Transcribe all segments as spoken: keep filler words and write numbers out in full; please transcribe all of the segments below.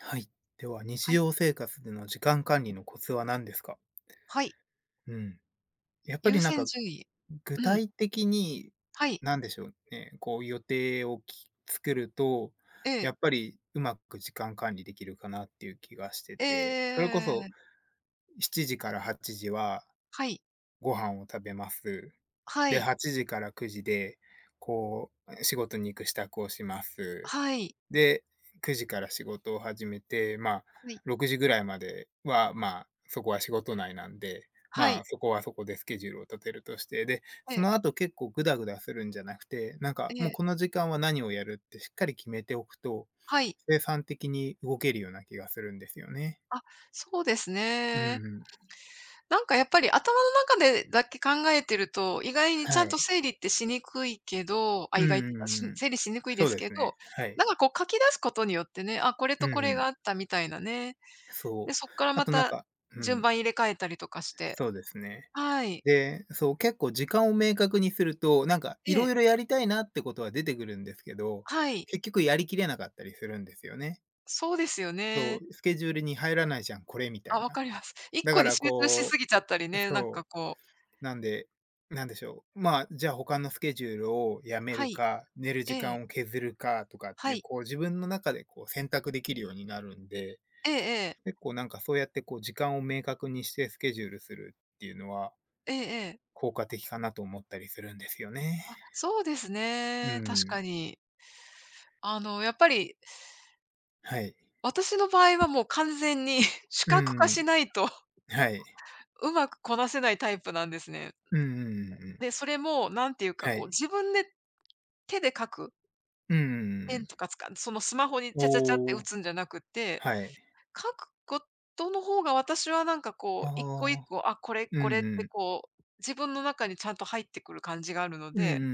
はい。では、日はい。常生活での時間管理のコツは何ですか？はい。うん。やっぱ優りなん先か、順位。具うん。体的に、はい。なんでしょうね、こう予定をき作ると、えやえ。っぱりうまく時間管理できるかなっていう気がしてて、それえこそえしちじからはちじははいご飯を食べます。はで、いはちじからくじで、こう、仕事に行く支度をします。はいで、くじから仕事を始めて、まあ、ろくじぐらいまでは、まあ、そこは仕事内なんで、はまあ、いそこはそこでスケジュールを立てるとして、で、はいそええの後結構グダグダするんじゃなくて、なんかもうえこえの時間は何をやるってしっかり決めておくと、はい。生産的に動けるような気がするんですよね。あ、そうですうね。んうん。なんかやっぱり頭の中でだけ考えてると、意外にちはゃんとい。整理ってしにくいけどあ、うん意外っていうか、うんしうん。整理しにくいでそうすでけすど、ね。はい。なんかこう書き出すことによってね、あ、これうとこれんうがん。あったみたいなね。そで、う。そっからあまとなんたかう順ん、番入れ替えたりとかして。そうですね。はい。で、そう、結構時間を明確にすると、なんかえいろえ。いろやりたいなってことは出てくるんですけど、はい。結局やりきれなかったりするんですよね。そうですよそね。う、スケジュールに入らないじゃん、これみたあ、いわな。かります。1だ個かにら集中しすこぎちゃったりうね、なんかそこうう、なんで、なんでしょう、まあ、じゃあ他のスケジュールをやめはるい、か、寝る時ええ、間を削るかとかってはいう、い、こう自分の中でこう選択できるようになるんで、ええええ、結構なんかそうやってこう時間を明確にしてスケジュールするっていうのは、ええええ。効果的かなと思ったりするんですよね。そうですうね、確かん。に。あの、やっぱりはい。私の場合はもう完全に 視う覚化ん。しないと はい。うまくこなせないタイプなんですね。うんうんうんうで、ん。それもなんていうかはこうい。自分で手で書く、うペンん。とか使うそのスマホにチャチャチャってお打お、つんじゃなくてはい。書くことの方が私はなんかこあう、一個一あ、個、あ、これうこれっんうてん。こう、自分の中にちゃんと入ってくる感じがあるのうんうんうで、んう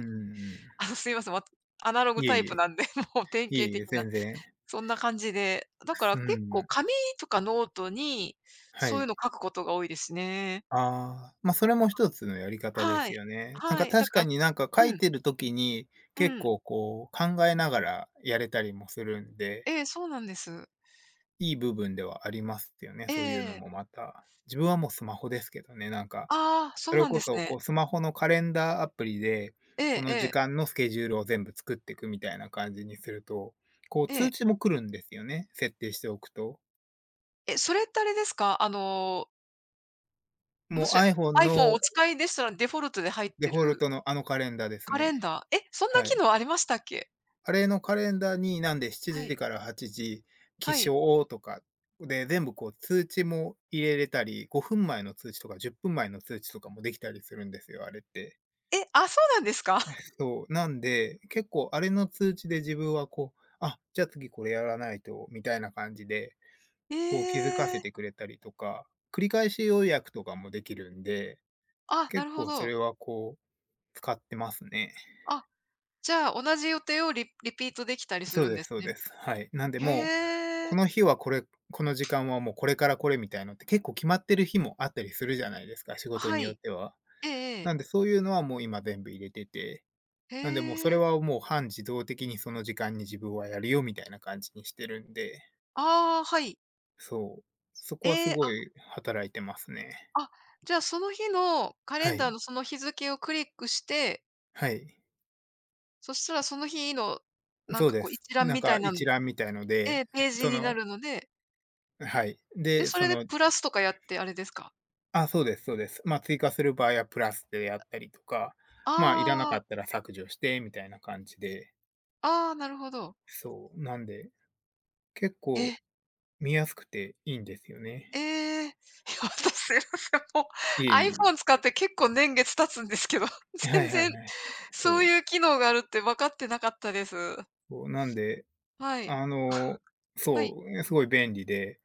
ん。あの、すいません、わアナログいえタいイプえ。なんで、もう典いえ型い的え、な、全然。そんな感じで、だからう結構ん。紙とかノートに、はそういうい。の書くことが多いですね。ああ、ま、それも一つのやり方ではすい。よね。なんはかい、だ確かからになんか書ういん、てる時に、う結ん。構こう考えながらやれたりもするんで、ええ、そうなんです。いい部分ではありますよね、えそういうのえもまた。自分はもうスマホですけどね、なんかああ、そそうれなんでこすそ、こね。う、スマホのカレンダーアプリで、ええこえの時え、間のスケジュールを全部作っていくみたいな感じにすると、こう、ええ。通知も来るんですよね、設定しておくと。え、それってあれですか？あのももし う iPhone iPhone おの使いでしたら、デフォルトで入っデてフォルるトのあのカレンダーですカレンね。ダー。え、そんなは機い。能ありましたっけ？あれのカレンダーに、なんで7は時い。からはちじ起はい。床とかで、全部こう通知も入れれたり、ごふんまえの通知とかじゅっぷんまえの通知とかもできたりするんですよ、あれって。え、あ、そうなんですか？そう、なんで、結構あれの通知で自分はこう、あ、じゃあ次これやらないとみたいな感じで、えこう気づかせえ。てくれたりとか、繰り返し要約とかもできるんで、あ、な結るほ構そど。れはこう使ってますね。あ、じゃあ、同じ予定をリリピートできたりすそるうんでですすそうね。です。はい。なんでもう、へこえ。の日はこれ、この時間はもうこれからこれみたいのって結構決まってる日もあったりするじゃないですか、仕事にはよっい。ては。えなえんでそういうのはもう今全部入れててへなんでもうそれえ。はもう半自動的にその時間に自分はやるよみたいな感じにしてるんで、ああ、はい。そう、そこはえすえ、ごあ、い働いてますね。あ、じゃあ、その日のカレはンダーい。のその日付をクリックして、はい。そしたらその日の、なんそうかこでうす。一覧なんみたかいな一覧みたいのえで、え、ページそになのるのではい。で、で、そそれでのプラスとかやってあれですか？あ、そうですそうです。まあ、追加する場合はプラスでやったりとか、まあ、いらなかああ、ったら削除してみたいな感じで、ああ、なるほど。そう、なんで、結構え、見やすくていいんですよえね。え。いや、私すいません、もいえいう え。iPhone 使って結構年月経つんですけど、は 全いは然いはい。そそうう。いう機能があるって分かってなかったです。そう、なんではい。あの、はい。そう、すごい便利で、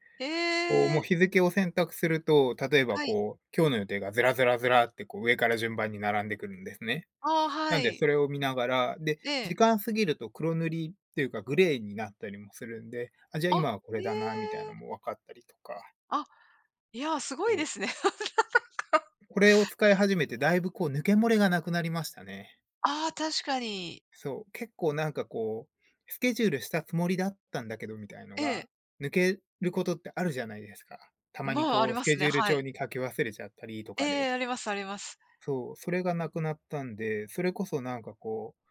こう、えもえ、う日付を選択すると、例えばはい。こう、今日の予定がずらずらずらってこう上から順番に並んでくるんですね。ああ、なはんでい。それを見ながら、で、え時え。間過ぎると黒塗りっていうかグレーになったりもするんで、あ、じゃああ、今はこれえだなみたいなのえ。も分かったりとか、あ、いや、すごいそでう、すね。これを使い始めてだいぶこう抜け漏れがなくなりましたね。ああ、確かに。そう、結構なんかこう、スケジュールしたつもりだったんだけどみたいのえが、え、抜けることってあるじゃないですか。たまにまあ、ありこうスまケすジね、ュールは帳い。に書き忘れちゃったりとえかえ、で。ありますあります。そう、それがなくなったんで、それこそなんかこう、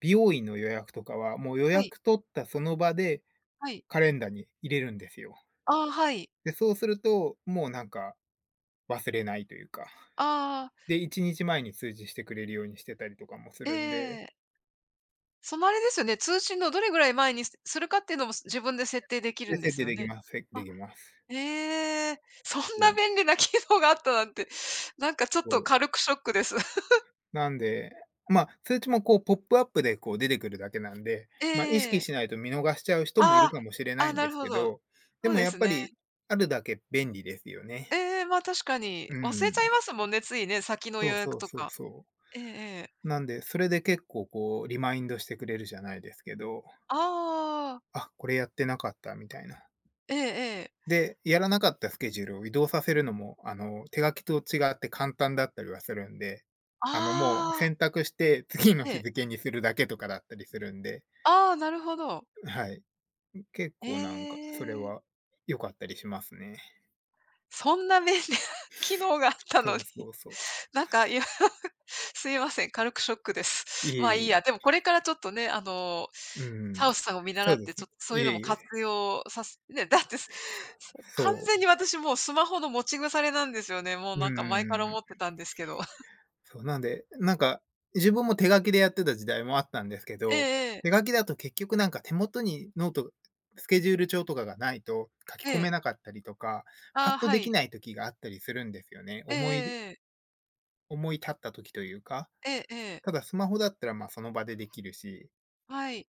美容院の予約とかは、もう予はい、約取ったその場ではい。カレンダーに入れるんですよ。ああ、はい。で、そうすると、もうなんか忘れないというか。ああ。で、いちにちまえに通知してくれるようにしてたりとかもすえるんで、え。そのあれですよね、通信のどれぐらい前にすするかっていうのも、自分で設定できるで、んで設す定よできね。ます。せであ、きます。ええ、そんそなう、便利な機能があったなんて、なんかちょっそとう。軽くショックです。なんで、まあ、通知もこうポップアップでこう出てくるだけなんで、えまあ、意識え。しないと見逃しちゃうあ人もいるかもしれあ、あなあ、いんなでるすほけど。ど、でそうもでやっすぱね。りあるだけ便利ですよね。ええ、まあ、確かに。う忘れちゃいん。ますもんね、ついね、先のそ予う約そうとそうか。そう。ええええ。なんで、それで結構こうリマインドしてくれるじゃないですけど、ああ、あ、これやってなかったみたいな。ええええ。で、やらなかったスケジュールを移動させるのも、あの、手書きと違って簡単だったりはするんで、あの、もうああ、選択して次のえ日え。付にするだけとかだったりするんで、ああ、なるほど。はい。結え構なんか、それえ。は良かったりしますね。そんな便利な 機能があったそのに。うそうそ う。なんか、いや、すいません、軽くショックでいす。えまあ、いいいや。え。でもこれからちょっとね、あの、うん。サウスさんを見そ習うっでて、すちね。ょっとそういいうのえもいえ。活用さすね、だって、すそう完そう。全に私もうスマホの持ち腐れなんですよね。もううんうなんか前かんらうん思ってたんですけど。そう、なんで、なんか、自分も手書きでやってた時代もあったんですけえど、えええ。手書きだと結局なんか手元にノートスケジュール帳とかがないと書きえ込めえ。なかったりとか、パああ、ッとはできい。ない時があったりするんですよね。えええ思いえええ。思い立った時というか。ええええ。ただスマホだったら、ま、その場でできるしはい。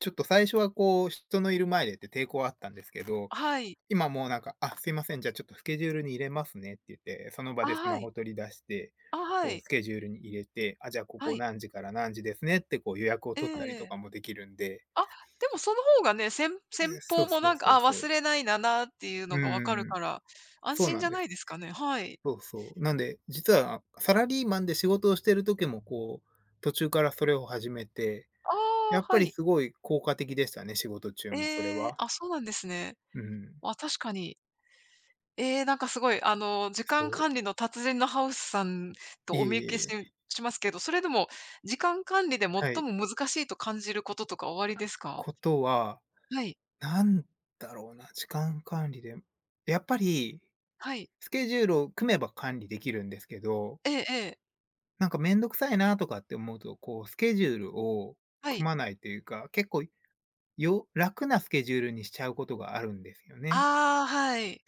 ちょっと最初はこう、人のいる前でって抵抗あったんですけど、はい。今もうなんか、あ、すいません、じゃあちょっとスケジュールに入れますねって言って、その場あ、でスはマい。ホ取り出して、あ、はこうい。スケジュールに入れて、あ、じゃあこはい。はこい。何時から何時ですねってこう予ええええはいはいあはいあはいはいは約を取ったりといええかえもできるんで、あ、でもその方がね、先え先え、そ方うもそなうんか、そうあ、そ忘う。れないんだなっていううのが分かるんうん。から、安そう心なじんゃでないす。ですかね。はい。そうそう。なんで、実はサラリーマンで仕事をしてる時もこう、途中からそれを始めて、あやあ、っはぱりい。すごい効果的でしたね、仕事中もそれええ、は。あ、そうなんですね。うん。あ、確かに。ええ、なんかすごい、あの、時間そう。管理の達人のハウスさんといおえ見い受けえしいえ。しますけど、それでも時間管理で最はい、も難しいと感じることとかおありですか？ことは、はい、なんだろうな、時間管理で、やっぱりはい。スケジュールを組めば管理できるんですけど、ええええ、なんかめんどくさいなとかって思うと、こうスケジュールをは組い。まないというか、結構よ楽なスケジュールにしちゃうことがあるんですよね。ああ、はい。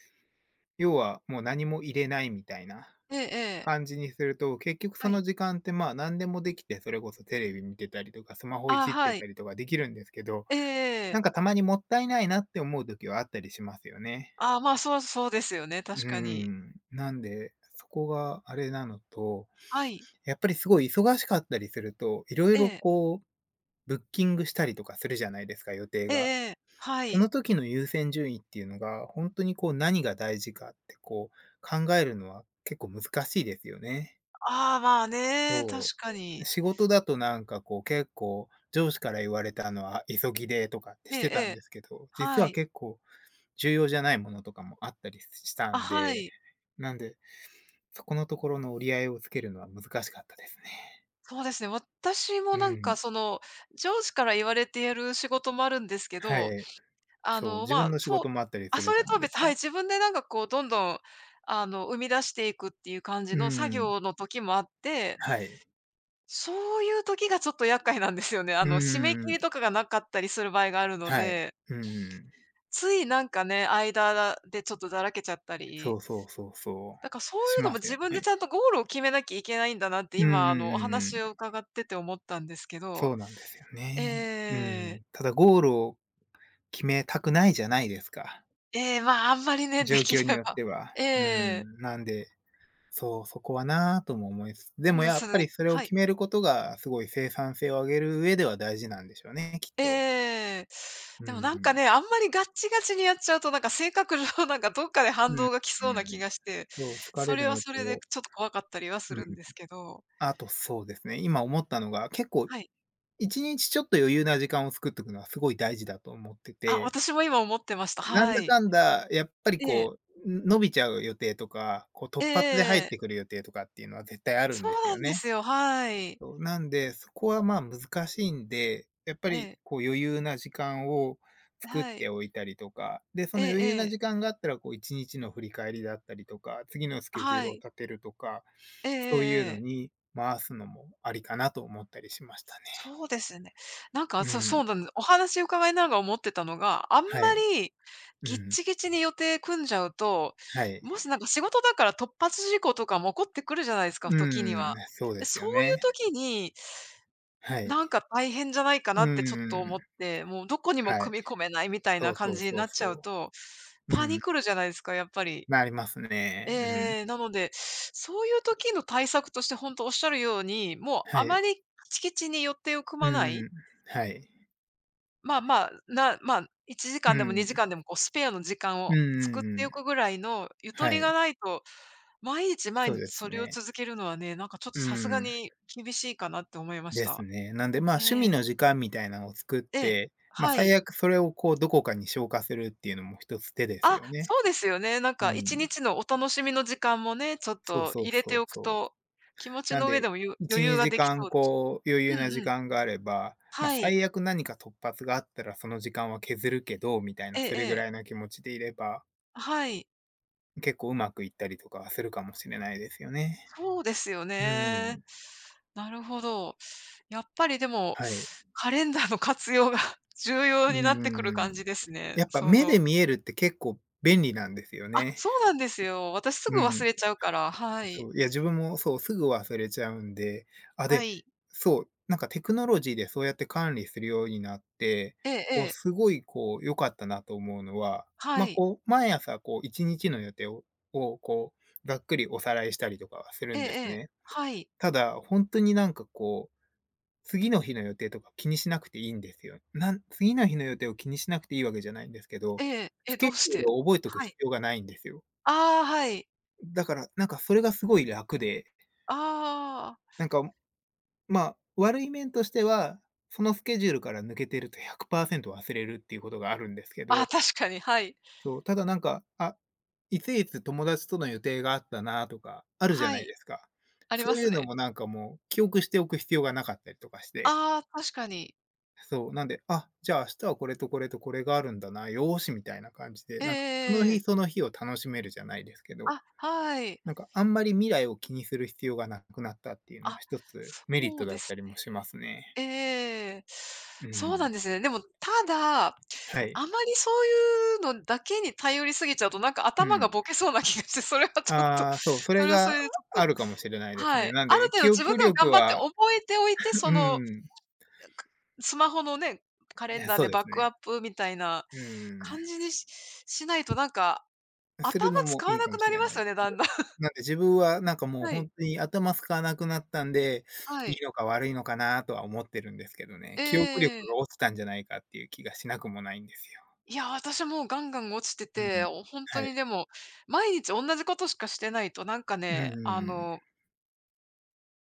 要はもう何も入れないみたいなええええ、感じにすると、結局そはい。の時間ってまあ何でもできて、それこそテレビ見てたりとか、スマホいああ、じっはてい。たりとかできるんですけどええなえんえ。かたまにもったいないなって思う時はあったりしますよね。ああ、まあ、そうそうですよね、うー確かに。ん。なんで、そこがあれなのと、はい。やっぱりすごい忙しかったりすると、いろいえろえ。こうブッキングしたりとかするじゃないですか、予定ええが。ええ。はそい。の時の優先順位っていうのが、ほんとにこう何が大事かってこう考えるのは結構難しいですよね。ああ、まあね、そ確かう。に。仕事だとなんかこう結構上司から言われたのは急ぎでとかってええしてえたんえ。ですけど、実ははい。結構重要じゃないものとかもあったりしたあ、んはで、い。なんで、そこのところの折り合いをつけるのは難しかったですね。そうですね。私もうなんかん。その、上司から言われてやる仕事もあるんですけはど、い。あそう、の、自ま分あ、の仕そう事もあったりあ、すそるじれゃとなはいです別はい、か。自分でなんかこうどんどん、あの、生み出していくっていう感じうの作ん。業の時もあって、はい。そういう時がちょっと厄介なんですよね。あうの、締め切りとん。かがなかったりする場合があるのはい。で。うん。ついなんかね、間でちょっとだらけちゃったり、そうそうそうそだからそうう。いしうのまもす自よ分でね。ちゃんとゴールを決めなきゃいけないんだなってうんう今、あの、んうおんう話をん。伺ってて思ったんですけど、そうなんですよえね。うえ、ん。ただゴールを決めたくないじゃないですか、ええ、まあ、あんまりね、で状き況にれよっば。て は。えうえ、ん、なんでそう、そこはなぁとも思います。でそんもなやそっぱれりそれをはい。決めることがすごい生産性を上げる上では大事なんでしょうね、きっと。ええ。うでもなんかん。ね、あんまりガッチガチにやっちゃうと、なんか性格上なんかどっかでう反ん、うん。動が来そうな気がして、そう、好かそれれるはのそれでと、ちょっと怖かったりはすうるんん。ですけど。あとそうですね、今思ったのが、結構はい。いちにちちちょっと余裕な時間を作っとくのはすごい大事だと思ってあ、て、私も今思ってました。なんはだかい。んだやっぱりええ。こう、ん、伸びちゃう予定とか、こう突発で入っええてくる予定とかっていうのは絶対あるそんでうすなよんですね。よ、はい。そう、なんで、そこはまあ難しいんで、やっぱえりえ、こう余裕な時間を作っはてい。おいたりとか、で、そえの余裕ええなえ。時間があったら、こういちにちの振り返りだったりとか、次のスケジューはルをい。立てるとか、ええええそういうのええ。に回すのもありかなと思ったりしましたね。そうですね。なんか、うそそん。うなんお話伺いながら思ってたのが、あんまはい。りうぎっん。ちぎちに予定組んじゃうと、はい。もしなんか仕事だから突発事故とかも起こってくるじゃないですか、う時には。ん、そうで、ですそよういうね。時に、はい。なんか大変じゃないかなうってちょっと思っん。て、もうどこにもはい。組み込めないみたいそなうそ感うじにそなうっちゃうそと、う。うパニん。クるじゃないですか、やっぱり。なりますね。うん。ええ、なので、そういう時の対策として本当おっしゃるように、もうはあまい。り敷地に寄ってを組まうない、ん。はい。まあまあ、なまあ、1う時間でもん。にじかんでもこうスペアの時間うんを作うっんうておん。くぐらいのゆとはりがい。ないと、毎日毎そう日でそすれをね。続けるのはね、なんかちょっとうさすがん。に厳しいかなって思いましですた。ね。なんで、まあ、え趣味え、の時間みたいなのを作っええ、て、まあ、は最い。悪それをこう、どこかに消化するっていうのも一つ手ですあ、よね。そうですよね。なんうか1ん。日のお楽しみの時間もね、ちょっそうとそう入れそてうおくそと、う。気持ちなんの上で、でもゆいち、余裕が2でき時間そうだし。こう、余裕うなん時うん。間があれば、まあ、はい。最悪何か突発があったらその時間は削るけど、みたいえな、そえれぐええ。らいの気持ちでいれば、はい。結構うまくいったりとかするかもしれないですよね。そうですようね。ん。なるほど。やっぱりでも、はい。カレンダーの活用が 重要うんになってうくるんう感ん。じですね。やっぱそ目での見えるって結構便利なんですよあ、ね。そうなんですよ。私すうぐ忘ん。れちゃうから、はい。そう、いや、自分もそう、すぐ忘れちゃうんで、あ、はで、い。そう、なんかテクノロジーでそうやって管理するようになって、えええこうえ。すごいこう良かったなと思うのは、はまあ、い。こう毎朝こういちにちの予定ををこうざっくりおさらいしたりとかはするええんえですえ。ね。はい。ただ、本当になんかこう次の日の予定とか気にしなくていいんですよ。なん次の日の予定を気にしなくていいわけじゃないんですけど、ええ。スえ、ケどジうしューて？ルを覚えとくは必い。要がないんですよ。ああ、はい。だから、なんかそれがすごい楽で、ああ。なんか、まあ、悪い面としては、そのスケジュールから抜けてるとひゃくパーセント忘れるっていうことがあるんですけああ、ど、確かに、はい。そう、ただなんか、あ、いついつ友達との予定があったなとかあるじゃはないい。ですか。ありそまうすいうのね。もなんかもう記憶しておく必要がなかったりとかして、ああ、確かに。そう、なんで、あ、じゃあ明日はこれとこれとこれがあるんだな、よーしみたいな感じで、ええなえんかそえの日ええ。その日を楽しめるじゃないですけど、あ、はい。なんかあんまり未来を気にする必要がなくなったっていうのはあ、一つメリッそトうだでったす。りもしますね。ええ。うそうなん。んですね。でも、ただ、あはい。まりそういうのだけに頼りすぎちゃうと、なんかう頭がん。ボケそうな気がして、それはちょっと、ああ、そう、そそれれはそがれでちょっあと、るかもしれないですはね。い。なんあるで、程記度自分憶でも力頑張っては覚えておいて、その、うん、かスマホのね、カレンね、ダーそでうでバすックアッね。プみたいなうん。感じにししないと、なんか、する頭のも使いわいなかくもなしりれまないですす。よね、だんだん。なんで、自分はなんかもうはほい、んとに頭使わなくなったんで、はいいい。のか悪いのかなとは思ってるんですけどね、え記憶力え。が落ちたんじゃないかっていう気がしなくもないんですよ。いや、私もうガンガン落ちてうん。て、お本は当にでい。も、毎日同じことしかしてないと、なんかうんうんね、あうん。の、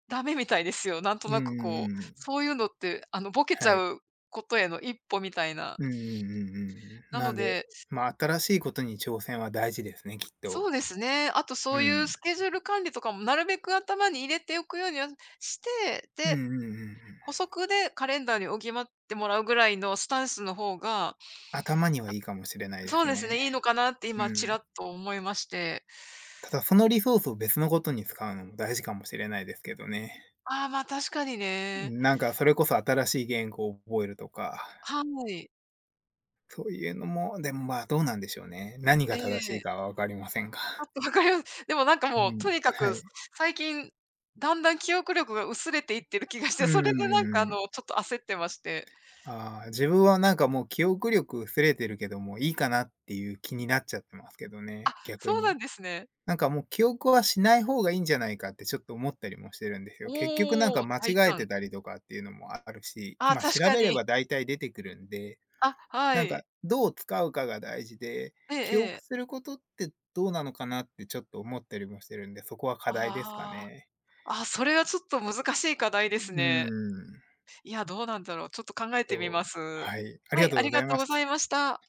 ダメみたいですよ。なんとうんなうくこう、んうん。そういうのって、あの、ボケちはゃい。うことへの一歩みたいな。うんうんうんうんうん。ななのんで、で、まあ、新しいことに挑戦は大事ですね、きっと。そうですね、あとうそういうん。スケジュール管理とかもなるべく頭に入れておくようにはして、うで、んうんうんう補ん。足でカレンダーに補ってもらうぐらいのスタンスの方が、頭にはあ、いいかもしれないでそうすですね。ね、いいのかなって今ちうらん。っと思いまして。ただそのリソースを別のことに使うのも大事かもしれないですけどね。ああ、ま、確かにね。なんかそれこそ新しい言語を覚えるとか、はい。そういうのも、でも、まあ、どうなんでしょうね。何が正えしえ。いか は分かりませんが。パとわかります。でもなんかうもう、とん、にかはくい。最近、だんだん記憶力が薄れていってる気がして、うそれでなんん、かあの、ちょっと焦ってまして。ああ、自分はなんかもう記憶力薄れてるけども、いいかなっていう気になっちゃってますけどあ、ね、逆そうなに。んですね。なんかもう記憶はしない方がいいんじゃないかってちょっと思ったりもしてるんですよ。結局なんおかお、間大違え胆。てたりとかっていうのもあるし、あ、今確調かべれに。ば大体出てくるんで。あ、はなんか、い。どう使うかが大事で、ええ記え憶え。することってどうなのかなってちょっと思ったりもしてるんで、そこは課題ですかああ。ね。あ、それはちょっと難しい課題ですうーね。ん、いや、どうなんだろう、ちょっと考えてみまそう、す。はい、ありはがい、とあうごりざがいとうましござた。いました。